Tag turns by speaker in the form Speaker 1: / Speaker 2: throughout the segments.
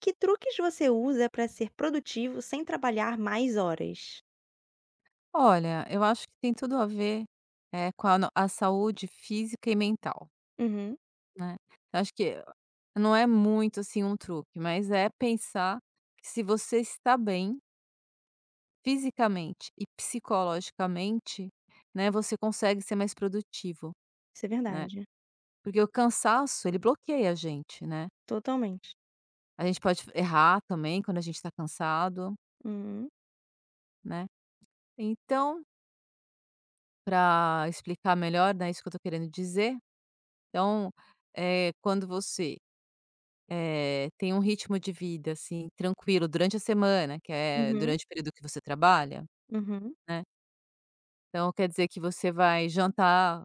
Speaker 1: Que truques você usa para ser produtivo sem trabalhar mais horas?
Speaker 2: Olha, eu acho que tem tudo a ver, com a no a saúde física e mental,
Speaker 1: Uhum,
Speaker 2: né. Eu acho que não é muito, assim, um truque, mas é pensar que se você está bem fisicamente e psicologicamente, né, você consegue ser mais produtivo,
Speaker 1: isso é
Speaker 2: né.
Speaker 1: verdade,
Speaker 2: Porque o cansaço, ele bloqueia a gente, né.
Speaker 1: totalmente.
Speaker 2: A gente pode errar também quando a gente está cansado,
Speaker 1: Uhum,
Speaker 2: né. Então, para explicar melhor, né, isso que eu estou querendo dizer, então, eh, quando você tem um ritmo de vida, assim, tranquilo durante a semana, que é
Speaker 1: uhum,
Speaker 2: durante o período que você trabalha,
Speaker 1: uhum,
Speaker 2: né. Então quer dizer que você vai jantar,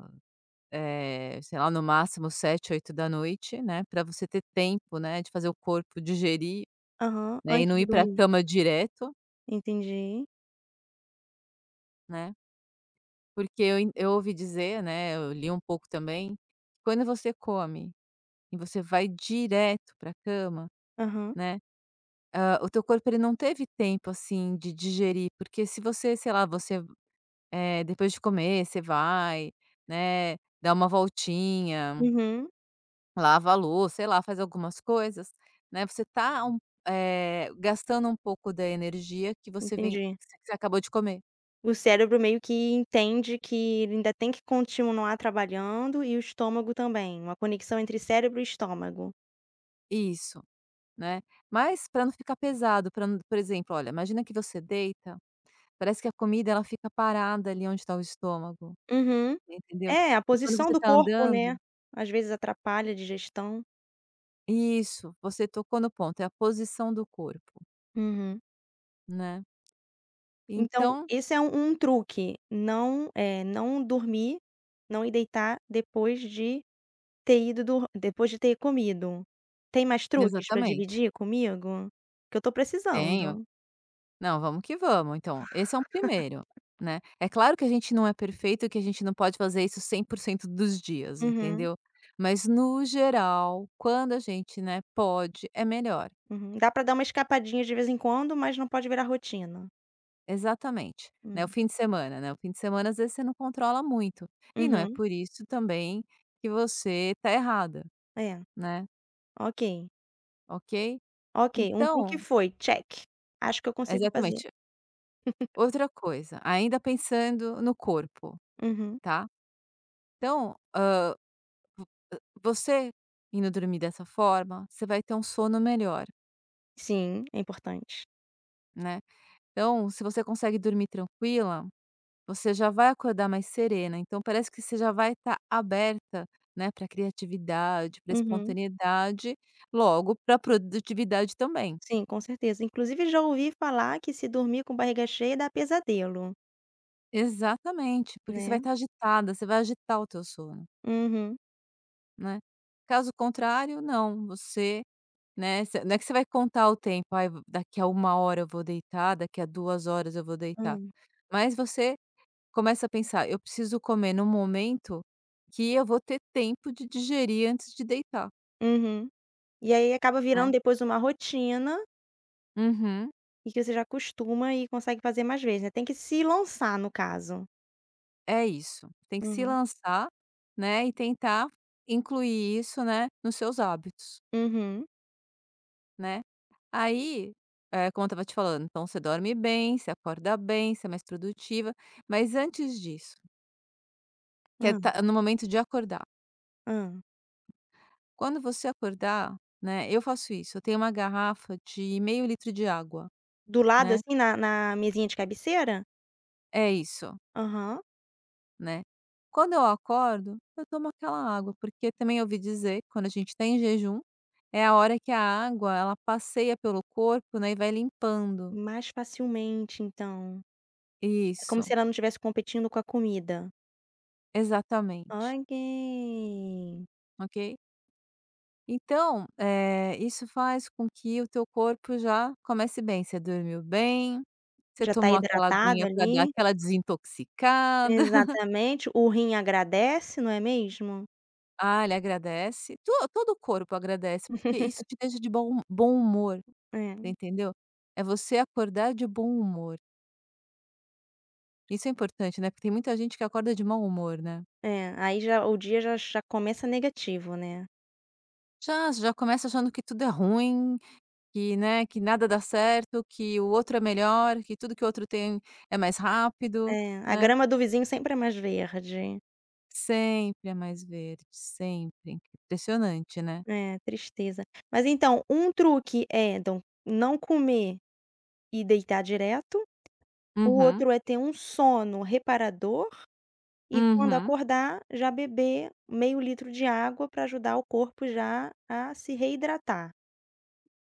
Speaker 2: sei lá, no máximo sete oito da noite, né, para você ter tempo, né, de fazer o corpo digerir,
Speaker 1: aham,
Speaker 2: né, e
Speaker 1: antes
Speaker 2: não
Speaker 1: de
Speaker 2: ir para a
Speaker 1: dormir,
Speaker 2: cama direto,
Speaker 1: entendi.
Speaker 2: né. Porque eu ouvi dizer, né, eu li um pouco também, quando você come e você vai direto para a cama,
Speaker 1: Aham,
Speaker 2: né, o teu corpo ele não teve tempo, assim, de digerir, porque se você, sei lá, depois de comer você vai, né, dá uma voltinha,
Speaker 1: uhum,
Speaker 2: lava a louça, sei lá, faz algumas coisas, né, você tá um eh, gastando um pouco da energia que
Speaker 1: entendi.
Speaker 2: você acabou de comer.
Speaker 1: O cérebro meio que entende que ele ainda tem que continuar trabalhando e o estômago também, uma conexão entre cérebro e estômago.
Speaker 2: Isso, né. Mas para não ficar pesado, para, por exemplo, olha, imagina que você deita, parece que a comida ela fica parada ali onde está o estômago,
Speaker 1: Uhum.
Speaker 2: entendeu.
Speaker 1: É, a
Speaker 2: E quando
Speaker 1: posição
Speaker 2: você
Speaker 1: do
Speaker 2: está
Speaker 1: corpo, né,
Speaker 2: andando
Speaker 1: às vezes atrapalha a digestão.
Speaker 2: isso, você tocou no ponto, é a posição do corpo,
Speaker 1: Uhum.
Speaker 2: né.
Speaker 1: Então,
Speaker 2: Então
Speaker 1: esse é um truque, não, não dormir, não ir deitar depois de ter ido dor depois de ter comido. Tem mais truques pra
Speaker 2: exatamente.
Speaker 1: dividir comigo? Que eu tô
Speaker 2: Tenho.
Speaker 1: precisando.
Speaker 2: Não, vamos que vamos então, esse é um primeiro, né. É claro que a gente não é perfeito e que a gente não pode fazer isso 100% dos dias,
Speaker 1: Uhum,
Speaker 2: entendeu. Mas no geral, quando a gente, né, pode, é melhor.
Speaker 1: uhum. Dá pra dar uma escapadinha de vez em quando, mas não pode virar rotina.
Speaker 2: Exatamente, né, o
Speaker 1: Hum.
Speaker 2: fim de semana, né, o fim de semana às vezes você não controla muito, e não é
Speaker 1: Uhum.
Speaker 2: por isso também que você tá errada,
Speaker 1: É.
Speaker 2: né,
Speaker 1: Ok,
Speaker 2: ok?
Speaker 1: ok, um truque
Speaker 2: Então
Speaker 1: foi, check. Acho que eu consigo fazer.
Speaker 2: exatamente. Outra coisa, ainda pensando no corpo,
Speaker 1: Uhum.
Speaker 2: tá. Então, você indo dormir dessa forma, você vai ter um sono melhor,
Speaker 1: Sim, é importante.
Speaker 2: né. Então, se você consegue dormir tranquila, você já vai acordar mais serena, então parece que você já vai estar aberta, né, para criatividade, para
Speaker 1: Uhum.
Speaker 2: espontaneidade, logo para produtividade também.
Speaker 1: Sim, com certeza. Inclusive já ouvi falar que se dormir com barriga cheia dá pesadelo,
Speaker 2: Exatamente, porque você vai
Speaker 1: né.
Speaker 2: estar agitada, você vai agitar o teu sono,
Speaker 1: Uhum.
Speaker 2: né. Caso contrário, não, você não é que você vai contar o tempo: "Ai, daqui a 1 hora eu vou deitar, daqui a 2 horas eu vou
Speaker 1: Hã.
Speaker 2: deitar", mas você começa a pensar: "Eu preciso comer num momento que eu vou ter tempo de digerir antes de deitar",
Speaker 1: Uhum. E aí acaba virando
Speaker 2: né.
Speaker 1: depois uma rotina,
Speaker 2: Uhum,
Speaker 1: e que você já acostuma e consegue fazer mais vezes, né. Tem que se lançar no caso.
Speaker 2: é isso. Tem que se
Speaker 1: Uhum.
Speaker 2: lançar, né, e tentar incluir isso, né, nos seus hábitos,
Speaker 1: Uhum.
Speaker 2: né. Aí, como eu estava te falando, então você dorme bem, você acorda bem, você é mais produtiva, mas antes disso, que é
Speaker 1: Hã,
Speaker 2: ta no momento de acordar.
Speaker 1: hã.
Speaker 2: Quando você acordar, né, eu faço isso, eu tenho uma garrafa de meio litro de água,
Speaker 1: Do lado
Speaker 2: né,
Speaker 1: assim na mesinha de cabeceira?
Speaker 2: é isso,
Speaker 1: Aham.
Speaker 2: né. Quando eu acordo, eu tomo aquela água, porque também ouvi dizer, quando a gente está em jejum, é a hora que a água, ela passeia pelo corpo, né, e vai limpando.
Speaker 1: Mais facilmente então. É como se
Speaker 2: Isso,
Speaker 1: ela não estivesse competindo com a comida.
Speaker 2: exatamente,
Speaker 1: Ok.
Speaker 2: ok. Então, isso faz com que o teu corpo já comece bem, você dormiu bem, você
Speaker 1: Já tá
Speaker 2: tomou aquela
Speaker 1: hidratado
Speaker 2: aguinha para dar
Speaker 1: ali?
Speaker 2: aquela desintoxicada.
Speaker 1: Exatamente, o rim agradece, não é mesmo?
Speaker 2: Ah, ele agradece. To todo o corpo agradece, porque isso te deixa de bom bom humor, você entendeu? É você acordar de bom humor. Isso é importante, né, porque tem muita gente que acorda de mau humor, né.
Speaker 1: É, é, aí já o dia já já começa negativo, né.
Speaker 2: Já já começa achando que tudo é ruim, que, né, que nada dá certo, que o outro é melhor, que tudo que o outro tem é mais rápido,
Speaker 1: É, a
Speaker 2: né.
Speaker 1: grama do vizinho sempre é mais verde.
Speaker 2: Sempre é mais verde, sempre. Impressionante, né.
Speaker 1: É, tristeza. Mas então, um truque é então não comer e deitar direto, o
Speaker 2: Uhum,
Speaker 1: outro é ter um sono reparador e quando
Speaker 2: uhum.
Speaker 1: acordar já beber meio litro de água para ajudar o corpo já a se reidratar.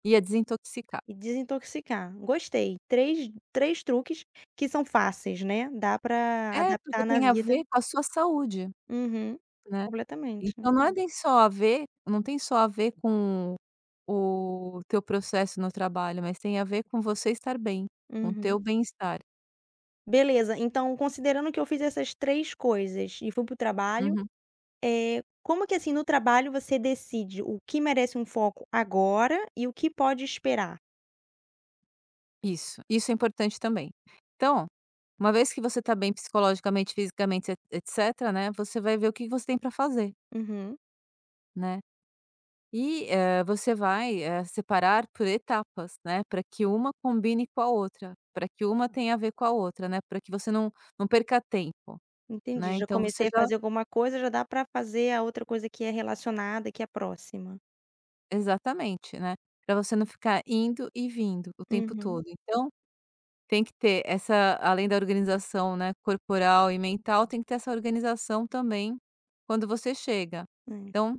Speaker 2: Ia desintoxicar.
Speaker 1: E desintoxicar. Gostei. Três truques que são fáceis, né, dá pra
Speaker 2: É,
Speaker 1: adaptar
Speaker 2: porque
Speaker 1: na
Speaker 2: tem a
Speaker 1: vida.
Speaker 2: ver com a sua saúde,
Speaker 1: Uhum.
Speaker 2: né.
Speaker 1: Completamente.
Speaker 2: Então não é nem só a ver não tem só a ver com o teu processo no trabalho, mas tem a ver com você estar bem, com o
Speaker 1: Uhum.
Speaker 2: teu bem-estar.
Speaker 1: Beleza, então considerando que eu fiz essas 3 coisas e fui pro trabalho,
Speaker 2: Uhum.
Speaker 1: é como que, assim, no trabalho você decide o que merece um foco agora e o que pode esperar?
Speaker 2: Isso é importante também. Então, uma vez que você está bem psicologicamente, fisicamente, et etcétera, né, você vai ver o que você tem para fazer,
Speaker 1: Uhum.
Speaker 2: né. E, você vai, separar por etapas, né, para que uma combine com a outra, para que uma tenha a ver com a outra, né, para que você não perca tempo, né,
Speaker 1: Entendi, já
Speaker 2: então
Speaker 1: comecei
Speaker 2: você
Speaker 1: a
Speaker 2: já
Speaker 1: fazer alguma coisa, já dá pra fazer a outra coisa que é relacionada, que é próxima.
Speaker 2: exatamente, né, para você não ficar indo e vindo o tempo
Speaker 1: Uhum.
Speaker 2: todo. Então, tem que ter essa além da organização, né, corporal e mental, tem que ter essa organização também quando você chega.
Speaker 1: É.
Speaker 2: Então,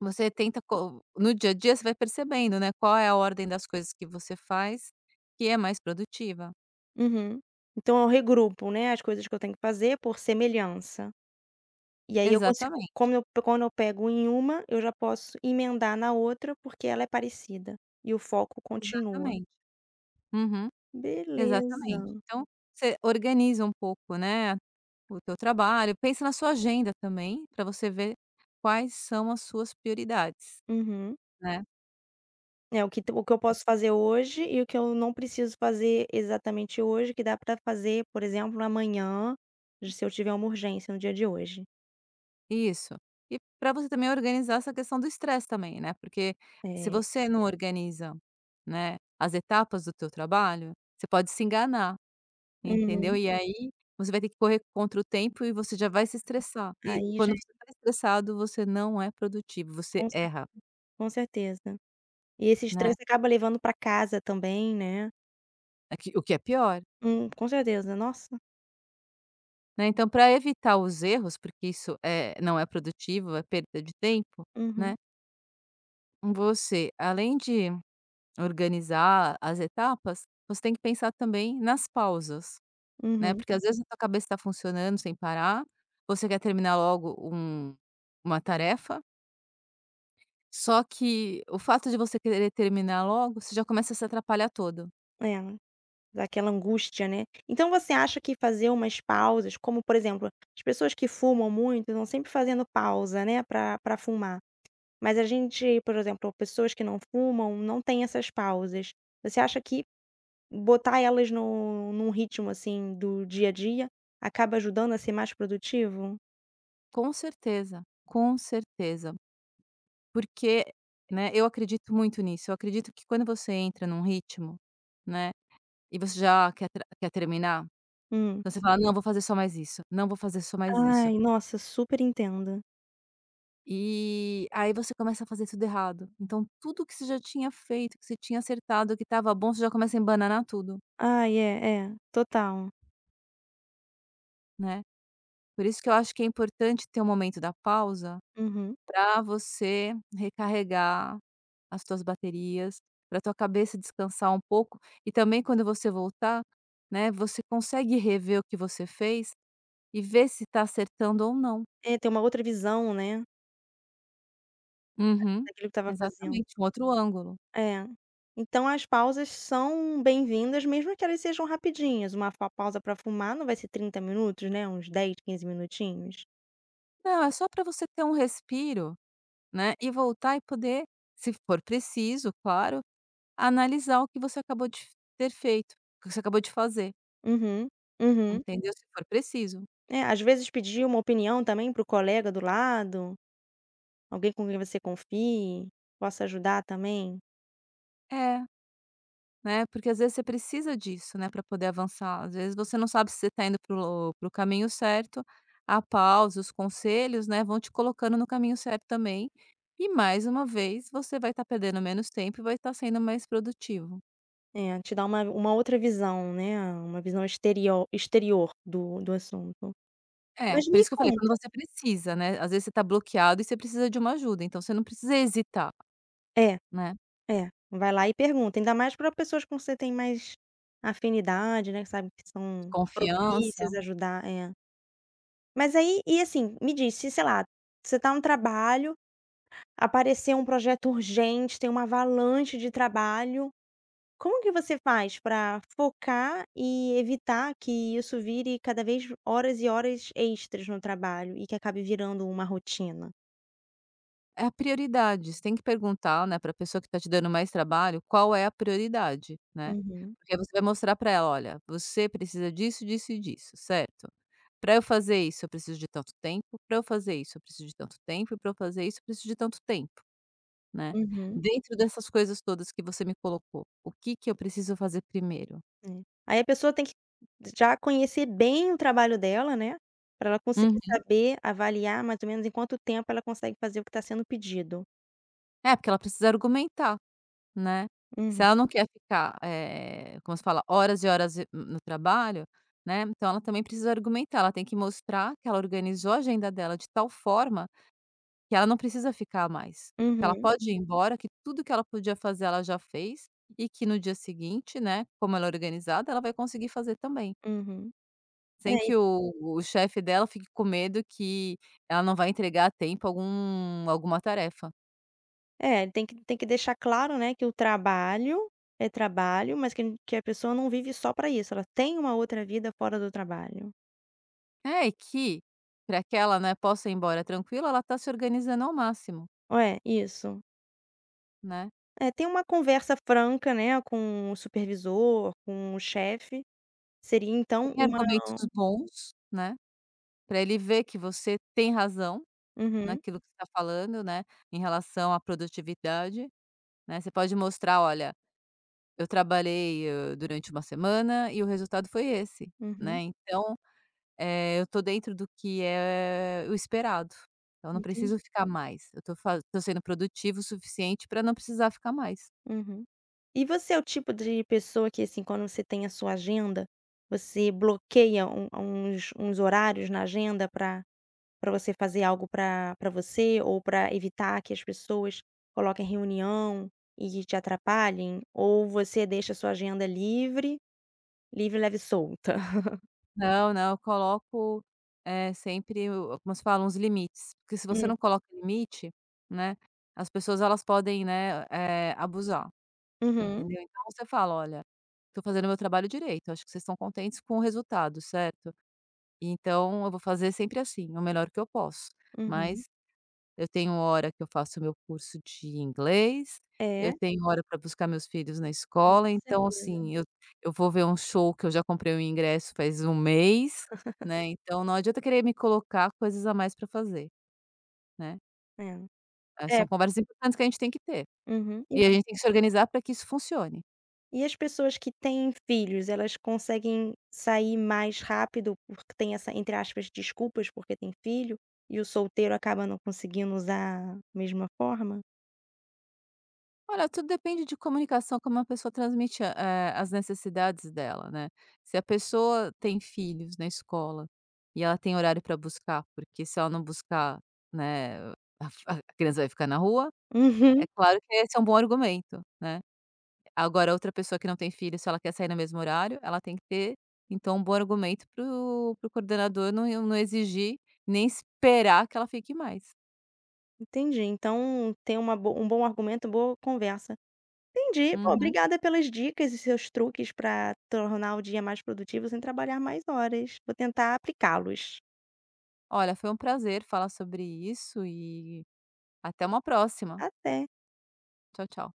Speaker 2: você tenta co no dia a dia você vai percebendo, né, qual é a ordem das coisas que você faz que é mais produtiva.
Speaker 1: Uhum. Então eu regrupo, né, as coisas que eu tenho que fazer por semelhança. E aí eu consigo
Speaker 2: Exatamente,
Speaker 1: como eu quando eu pego em uma, eu já posso emendar na outra, porque ela é parecida. E o foco continua.
Speaker 2: exatamente. Uhum,
Speaker 1: Beleza.
Speaker 2: exatamente. Então, você organiza um pouco, né, o teu trabalho, pensa na sua agenda também, para você ver quais são as suas prioridades,
Speaker 1: Uhum.
Speaker 2: né.
Speaker 1: É o que eu posso fazer hoje e o que eu não preciso fazer exatamente hoje, que dá pra fazer, por exemplo, amanhã, se eu tiver uma urgência no dia de hoje.
Speaker 2: Isso. E para você também organizar essa questão do estresse também, né, porque se
Speaker 1: É.
Speaker 2: você não organiza, né, as etapas do teu trabalho, você pode se enganar, entendeu.
Speaker 1: Uhum.
Speaker 2: E aí, você vai ter que correr contra o tempo e você já vai se estressar. E
Speaker 1: Aí já
Speaker 2: quando você
Speaker 1: é,
Speaker 2: está estressado, você não é produtivo, você
Speaker 1: com cer
Speaker 2: erra,
Speaker 1: com certeza. E esse
Speaker 2: né,
Speaker 1: estresse acaba levando pra casa também, né.
Speaker 2: o que é pior.
Speaker 1: Com certeza. Nossa.
Speaker 2: Né, então para evitar os erros, porque isso não é produtivo, é perda de tempo,
Speaker 1: Uhum,
Speaker 2: né, você além de organizar as etapas, você tem que pensar também nas pausas, né,
Speaker 1: uhum.
Speaker 2: porque às vezes a sua cabeça está funcionando sem parar, você quer terminar logo uma tarefa, só que o fato de você querer terminar logo, você já começa a se atrapalhar todo.
Speaker 1: É, dá aquela angústia, né. Então você acha que fazer umas pausas, como por exemplo, as pessoas que fumam muito estão sempre fazendo pausa, né, pra fumar. Mas a gente, por exemplo, pessoas que não fumam, não tem essas pausas. Você acha que botar elas no num ritmo, assim, do dia a dia, acaba ajudando a ser mais produtivo?
Speaker 2: Com certeza, com certeza. Porque, né, eu acredito muito nisso, eu acredito que quando você entra num ritmo, né, e você já quer terminar,
Speaker 1: Hum.
Speaker 2: então você fala: "Não, vou fazer só mais isso, não vou fazer só mais isso".
Speaker 1: Ai, nossa, super entendo.
Speaker 2: E aí você começa a fazer tudo errado. Então tudo que você já tinha feito, que você tinha acertado, que estava bom, você já começa a embananar tudo,
Speaker 1: Ai, é, é, total.
Speaker 2: né. Por isso que eu acho que é importante ter um momento da pausa
Speaker 1: Uhum.
Speaker 2: para você recarregar as tuas baterias, para tua cabeça descansar um pouco e também quando você voltar, né, você consegue rever o que você fez e ver se está acertando ou não.
Speaker 1: É, ter uma outra visão, né.
Speaker 2: Uhum,
Speaker 1: Daquilo que estava fazendo.
Speaker 2: exatamente, um outro ângulo.
Speaker 1: É. Então as pausas são bem-vindas, mesmo que elas sejam rapidinhas, uma fa pausa para fumar não vai ser 30 minutos, né, uns 10, 15 minutinhos.
Speaker 2: Não, é só para você ter um respiro, né, e voltar e poder, se for preciso, claro, analisar o que você acabou de ter feito, o que você acabou de fazer,
Speaker 1: Uhum, uhum.
Speaker 2: entendeu? Se for preciso.
Speaker 1: É, às vezes pedir uma opinião também para o colega do lado, alguém com quem você confie, possa ajudar também.
Speaker 2: É. Né, porque às vezes você precisa disso, né, para poder avançar. Às vezes você não sabe se você está indo pro caminho certo, a pausa, os conselhos, né, vão te colocando no caminho certo também, e mais uma vez você vai estar perdendo menos tempo e vai estar sendo mais produtivo.
Speaker 1: É, te dar uma outra visão, né, uma visão exterior do assunto.
Speaker 2: É,
Speaker 1: Mas
Speaker 2: por
Speaker 1: me
Speaker 2: isso que eu falei,
Speaker 1: conta
Speaker 2: quando você precisa, né, às vezes você tá bloqueado e você precisa de uma ajuda, então você não precisa hesitar,
Speaker 1: é.
Speaker 2: né.
Speaker 1: É, vai lá e pergunta, ainda mais para pessoas com que você tem mais afinidade, né, que sabe que são
Speaker 2: Confiança.
Speaker 1: propícias a ajudar, é. Mas aí e assim, me diz, se sei lá, você tá no trabalho, apareceu um projeto urgente, tem uma avalanche de trabalho, como que você faz para focar e evitar que isso vire cada vez horas e horas extras no trabalho e que acabe virando uma rotina?
Speaker 2: É a prioridade, você tem que perguntar, né, para a pessoa que está te dando mais trabalho, qual é a prioridade, né.
Speaker 1: Uhum,
Speaker 2: Porque aí você vai mostrar para ela: "Olha, você precisa disso, disso e disso, certo? Para eu fazer isso eu preciso de tanto tempo, para eu fazer isso eu preciso de tanto tempo e para eu fazer isso eu preciso de tanto tempo, né.
Speaker 1: uhum.
Speaker 2: Dentro dessas coisas todas que você me colocou, o que que eu preciso fazer primeiro?".
Speaker 1: É. Aí a pessoa tem que já conhecer bem o trabalho dela, né, para ela conseguir
Speaker 2: Uhum.
Speaker 1: saber avaliar mais ou menos em quanto tempo ela consegue fazer o que está sendo pedido.
Speaker 2: É, porque ela precisa argumentar. Né. Se
Speaker 1: Uhum,
Speaker 2: ela não quer ficar, como se fala, horas e horas no trabalho, né, então ela também precisa argumentar, ela tem que mostrar que ela organizou a agenda dela de tal forma que ela não precisa ficar mais, que ela
Speaker 1: uhum,
Speaker 2: pode ir embora, que tudo que ela podia fazer ela já fez e que no dia seguinte, né, como ela é organizada, ela vai conseguir fazer também,
Speaker 1: uhum. É,
Speaker 2: sem
Speaker 1: e
Speaker 2: que o chefe dela fique com medo que ela não vai entregar a tempo alguma tarefa.
Speaker 1: é, tem que deixar claro, né, que o trabalho é trabalho, mas que n que a pessoa não vive só para isso, ela tem uma outra vida fora do trabalho.
Speaker 2: É, e que, para que ela, né, possa ir embora tranquila, ela está se organizando ao máximo,
Speaker 1: É, isso.
Speaker 2: né.
Speaker 1: É, ter uma conversa franca, né, com o supervisor, com o chefe, seria então
Speaker 2: Tem
Speaker 1: uma
Speaker 2: argumentos bons, né, para ele ver que você tem razão
Speaker 1: uhum,
Speaker 2: naquilo que você tá falando, né, em relação à produtividade, né. Você pode mostrar: "Olha, eu trabalhei, durante uma semana e o resultado foi esse,
Speaker 1: uhum,
Speaker 2: né, então, eu estou dentro do que é o esperado. Então eu não
Speaker 1: entendi.
Speaker 2: preciso ficar mais. Eu estou sendo produtivo o suficiente para não precisar ficar mais".
Speaker 1: Uhum. E você é o tipo de pessoa que, assim, quando você tem a sua agenda, você bloqueia uns horários na agenda para você fazer algo para você ou para evitar que as pessoas coloquem reunião e que te atrapalhem? Ou você deixa a sua agenda livre, livre, leve e solta?
Speaker 2: Não, não, eu coloco, sempre o como se fala, uns limites, porque se você
Speaker 1: Hum.
Speaker 2: não coloca limite, né, as pessoas elas podem, né, abusar, você
Speaker 1: Uhum,
Speaker 2: entendeu? Então você fala: "Olha, estou fazendo meu trabalho direito, acho que vocês estão contentes com o resultado, certo? Então eu vou fazer sempre assim, o melhor que eu posso,
Speaker 1: uhum.
Speaker 2: mas eu tenho hora que eu faço meu curso de inglês,
Speaker 1: É,
Speaker 2: eu tenho hora para buscar meus filhos na
Speaker 1: com
Speaker 2: escola, então
Speaker 1: certeza.
Speaker 2: assim, eu vou ver um show que eu já comprei o ingresso faz um mês, né, então não adianta querer me colocar coisas a mais para fazer, né.
Speaker 1: É. É.
Speaker 2: São conversas importantes que a gente tem que ter.
Speaker 1: Uhum.
Speaker 2: E a gente tem que se organizar para que isso funcione.
Speaker 1: E as pessoas que têm filhos, elas conseguem sair mais rápido porque tem essa, entre aspas, desculpas porque tem filho, e o solteiro acaba não conseguindo usar a mesma forma?
Speaker 2: Olha, tudo depende de comunicação, como a pessoa transmite, as necessidades dela, né. Se a pessoa tem filhos na escola e ela tem horário para buscar, porque se ela não buscar, né, a criança vai ficar na rua, é
Speaker 1: Uhum,
Speaker 2: claro que esse é um bom argumento, né. Agora, outra pessoa que não tem filho, se ela quer sair no mesmo horário, ela tem que ter, então, um bom argumento para o coordenador não exigir, nem esperar que ela fique mais.
Speaker 1: entendi. Então tem uma bo um bom argumento, boa conversa. Entendi. Pô,
Speaker 2: Uhum.
Speaker 1: obrigada pelas dicas e seus truques para tornar o dia mais produtivo sem trabalhar mais horas. Vou tentar aplicá-los.
Speaker 2: Olha, foi um prazer falar sobre isso até uma próxima.
Speaker 1: Até.
Speaker 2: Tchau, tchau.